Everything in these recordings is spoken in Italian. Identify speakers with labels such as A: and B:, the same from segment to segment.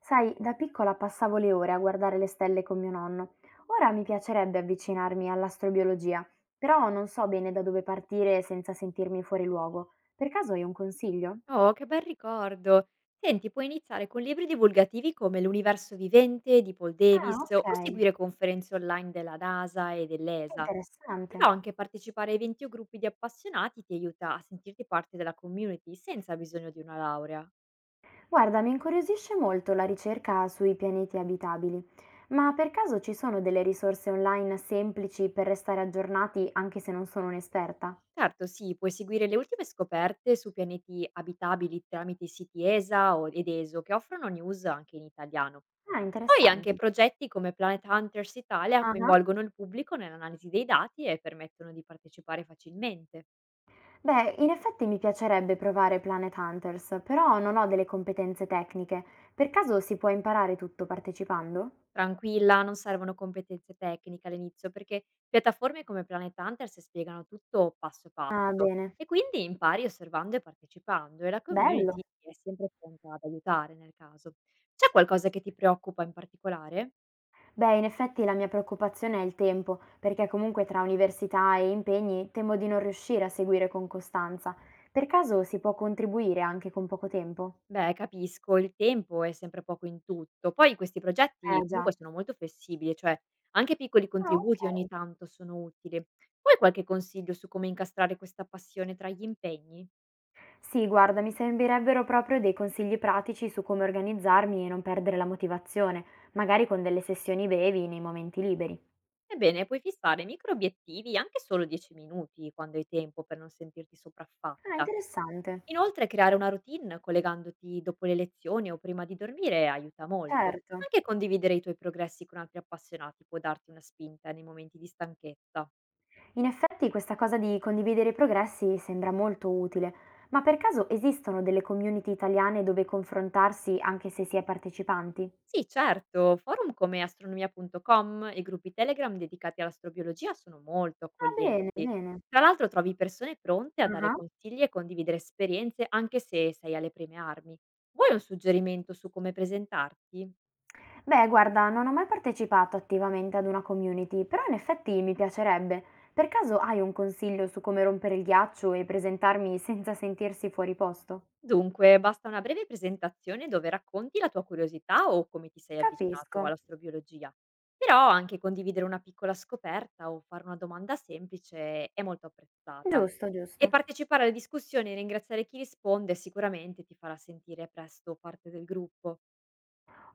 A: Sai, da piccola passavo le ore a guardare le stelle con mio nonno. Ora mi piacerebbe avvicinarmi all'astrobiologia, però non so bene da dove partire senza sentirmi fuori luogo. Per caso hai un consiglio?
B: Oh, che bel ricordo! Senti, puoi iniziare con libri divulgativi come L'universo vivente di Paul
A: Ah,
B: Davis
A: ok,
B: o seguire conferenze online della NASA e dell'ESA, però
A: interessante.
B: anche partecipare a eventi o gruppi di appassionati ti aiuta a sentirti parte della community senza bisogno di una laurea.
A: Guarda, mi incuriosisce molto la ricerca sui pianeti abitabili, ma per caso ci sono delle risorse online semplici per restare aggiornati anche se non sono un'esperta?
B: Certo, sì, puoi seguire le ultime scoperte su pianeti abitabili tramite i siti ed ESO che offrono news anche in italiano.
A: Ah,
B: Poi anche
A: interessante.
B: progetti come Planet Hunters Italia
A: Ah.
B: coinvolgono il pubblico nell'analisi dei dati e permettono di partecipare facilmente.
A: Beh, in effetti mi piacerebbe provare Planet Hunters, però non ho delle competenze tecniche. Per caso si può imparare tutto partecipando?
B: Tranquilla, non servono competenze tecniche all'inizio perché piattaforme come Planet Hunters spiegano tutto passo
A: Ah,
B: passo
A: bene.
B: e quindi impari osservando e partecipando e la community
A: Bello.
B: è sempre pronta ad aiutare nel caso. C'è qualcosa che ti preoccupa in particolare?
A: Beh, in effetti la mia preoccupazione è il tempo, perché comunque tra università e impegni temo di non riuscire a seguire con costanza. Per caso si può contribuire anche con poco tempo?
B: Beh, capisco, il tempo è sempre poco in tutto. Poi questi progetti
A: Eh
B: comunque
A: già.
B: sono molto flessibili, cioè anche piccoli
A: Ah,
B: contributi ogni
A: ok.
B: tanto sono utili. Vuoi qualche consiglio su come incastrare questa passione tra gli impegni?
A: Sì, guarda, mi servirebbero proprio dei consigli pratici su come organizzarmi e non perdere la motivazione, magari con delle sessioni brevi nei momenti liberi.
B: Ebbene, puoi fissare micro obiettivi anche solo 10 minuti quando hai tempo per non sentirti
A: Ah,
B: sopraffatta.
A: interessante.
B: Inoltre, creare una routine collegandoti dopo le lezioni o prima di dormire aiuta molto.
A: Certo.
B: Anche condividere i tuoi progressi con altri appassionati può darti una spinta nei momenti di stanchezza.
A: In effetti questa cosa di condividere i progressi sembra molto utile, ma per caso esistono delle community italiane dove confrontarsi anche se si è partecipanti?
B: Sì, certo, forum come astronomia.com e gruppi Telegram dedicati all'astrobiologia sono molto
A: Ah, bene,
B: accoglienti.
A: bene.
B: Tra l'altro trovi persone pronte a dare
A: Ah.
B: consigli e condividere esperienze anche se sei alle prime armi. Vuoi un suggerimento su come presentarti?
A: Beh, guarda, non ho mai partecipato attivamente ad una community, però in effetti mi piacerebbe. Per caso hai un consiglio su come rompere il ghiaccio e presentarmi senza sentirsi fuori posto?
B: Dunque, basta una breve presentazione dove racconti la tua curiosità o come ti sei avvicinato
A: Capisco.
B: all'astrobiologia. Però anche condividere una piccola scoperta o fare una domanda semplice è molto apprezzata.
A: Giusto,
B: E
A: giusto.
B: partecipare alle discussioni e ringraziare chi risponde sicuramente ti farà sentire presto parte del gruppo.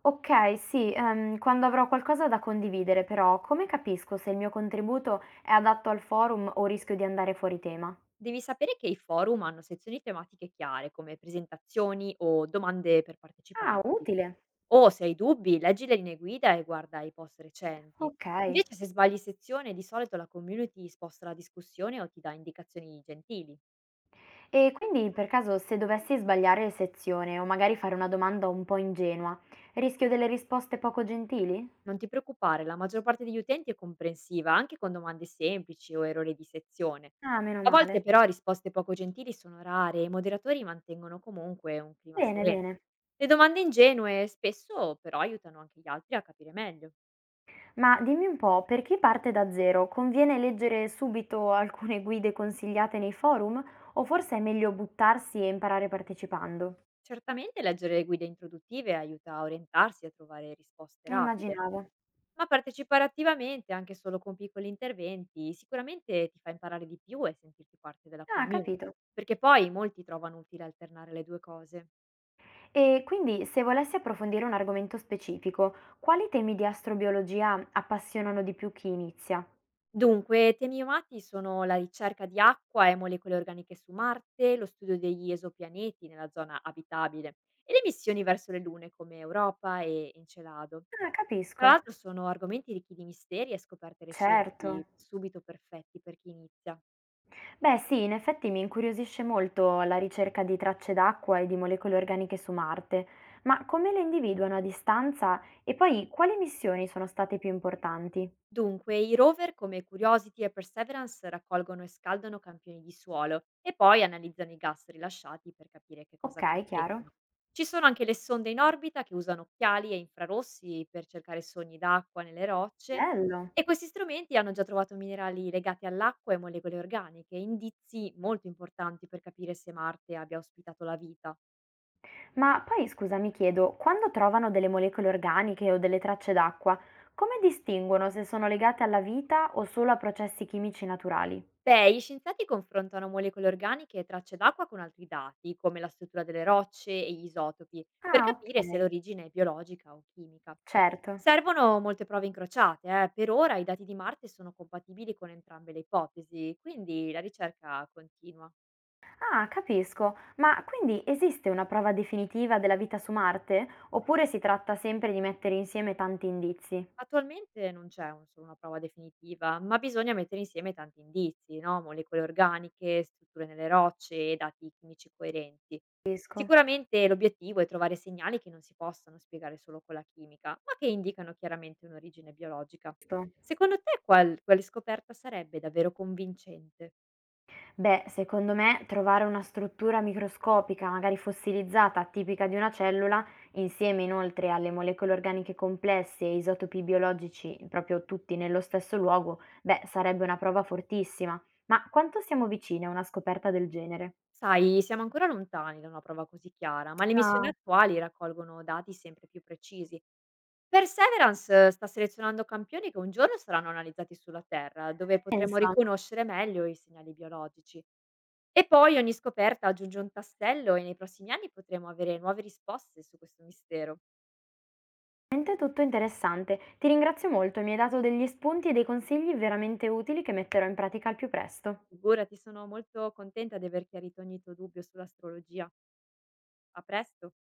A: Ok, sì, quando avrò qualcosa da condividere, però, come capisco se il mio contributo è adatto al forum o rischio di andare fuori tema?
B: Devi sapere che i forum hanno sezioni tematiche chiare, come presentazioni o domande per
A: Ah,
B: partecipanti.
A: utile.
B: O se hai dubbi, leggi le linee guida e guarda i post recenti.
A: Ok.
B: Invece, se sbagli sezione, di solito la community sposta la discussione o ti dà indicazioni gentili.
A: E quindi per caso se dovessi sbagliare sezione o magari fare una domanda un po' ingenua, rischio delle risposte poco gentili?
B: Non ti preoccupare, la maggior parte degli utenti è comprensiva, anche con domande semplici o errori di sezione.
A: Ah, meno
B: A volte
A: male.
B: però risposte poco gentili sono rare e i moderatori mantengono comunque un clima
A: Bene,
B: sereno.
A: bene.
B: Le domande ingenue spesso però aiutano anche gli altri a capire meglio.
A: Ma dimmi un po', per chi parte da zero, conviene leggere subito alcune guide consigliate nei forum o forse è meglio buttarsi e imparare partecipando?
B: Certamente leggere le guide introduttive aiuta a orientarsi e a trovare risposte rapide,
A: Immaginavo.
B: ma partecipare attivamente, anche solo con piccoli interventi, sicuramente ti fa imparare di più e sentirti parte della
A: Ah,
B: community,
A: capito.
B: perché poi molti trovano utile alternare le due cose.
A: E quindi se volessi approfondire un argomento specifico, quali temi di astrobiologia appassionano di più chi inizia?
B: Dunque, temi amati sono la ricerca di acqua e molecole organiche su Marte, lo studio degli esopianeti nella zona abitabile e le missioni verso le lune come Europa e Encelado.
A: Ah,
B: Tra
A: capisco.
B: l'altro sono argomenti ricchi di misteri e scoperte
A: Certo.
B: recenti, subito perfetti per chi inizia.
A: Beh sì, in effetti mi incuriosisce molto la ricerca di tracce d'acqua e di molecole organiche su Marte, ma come le individuano a distanza e poi quali missioni sono state più importanti?
B: Dunque, i rover come Curiosity e Perseverance raccolgono e scaldano campioni di suolo e poi analizzano i gas rilasciati per capire che cosa
A: Ok, chiaro.
B: contengono. Ci sono anche le sonde in orbita che usano occhiali e infrarossi per cercare sogni d'acqua nelle rocce
A: Bello.
B: e questi strumenti hanno già trovato minerali legati all'acqua e molecole organiche, indizi molto importanti per capire se Marte abbia ospitato la vita.
A: Ma poi scusa, mi chiedo, quando trovano delle molecole organiche o delle tracce d'acqua, come distinguono se sono legate alla vita o solo a processi chimici naturali?
B: Beh, gli scienziati confrontano molecole organiche e tracce d'acqua con altri dati, come la struttura delle rocce e gli isotopi, per
A: Ah,
B: capire se
A: ok,
B: l'origine è biologica o chimica.
A: certo.
B: Servono molte prove incrociate, eh. Per ora i dati di Marte sono compatibili con entrambe le ipotesi, quindi la ricerca continua.
A: Ah, capisco. Ma quindi esiste una prova definitiva della vita su Marte? Oppure si tratta sempre di mettere insieme tanti indizi?
B: Attualmente non c'è un solo una prova definitiva, ma bisogna mettere insieme tanti indizi, no? Molecole organiche, strutture nelle rocce e dati chimici coerenti.
A: Capisco.
B: Sicuramente l'obiettivo è trovare segnali che non si possano spiegare solo con la chimica, ma che indicano chiaramente un'origine biologica.
A: Sto-
B: Secondo te quale scoperta sarebbe davvero convincente?
A: Beh, secondo me trovare una struttura microscopica, magari fossilizzata, tipica di una cellula, insieme inoltre alle molecole organiche complesse e isotopi biologici, proprio tutti nello stesso luogo, beh, sarebbe una prova fortissima. Ma quanto siamo vicini a una scoperta del genere?
B: Sai, siamo ancora lontani da una prova così chiara, ma le missioni
A: Ah,
B: attuali raccolgono dati sempre più precisi. Perseverance sta selezionando campioni che un giorno saranno analizzati sulla Terra, dove potremo
A: pensa.
B: riconoscere meglio i segnali biologici. E poi ogni scoperta aggiunge un tassello e nei prossimi anni potremo avere nuove risposte su questo mistero.
A: Veramente tutto interessante. Ti ringrazio molto, mi hai dato degli spunti e dei consigli veramente utili che metterò in pratica al più presto.
B: Figurati, sono molto contenta di aver chiarito ogni tuo dubbio sull'astrologia. A presto!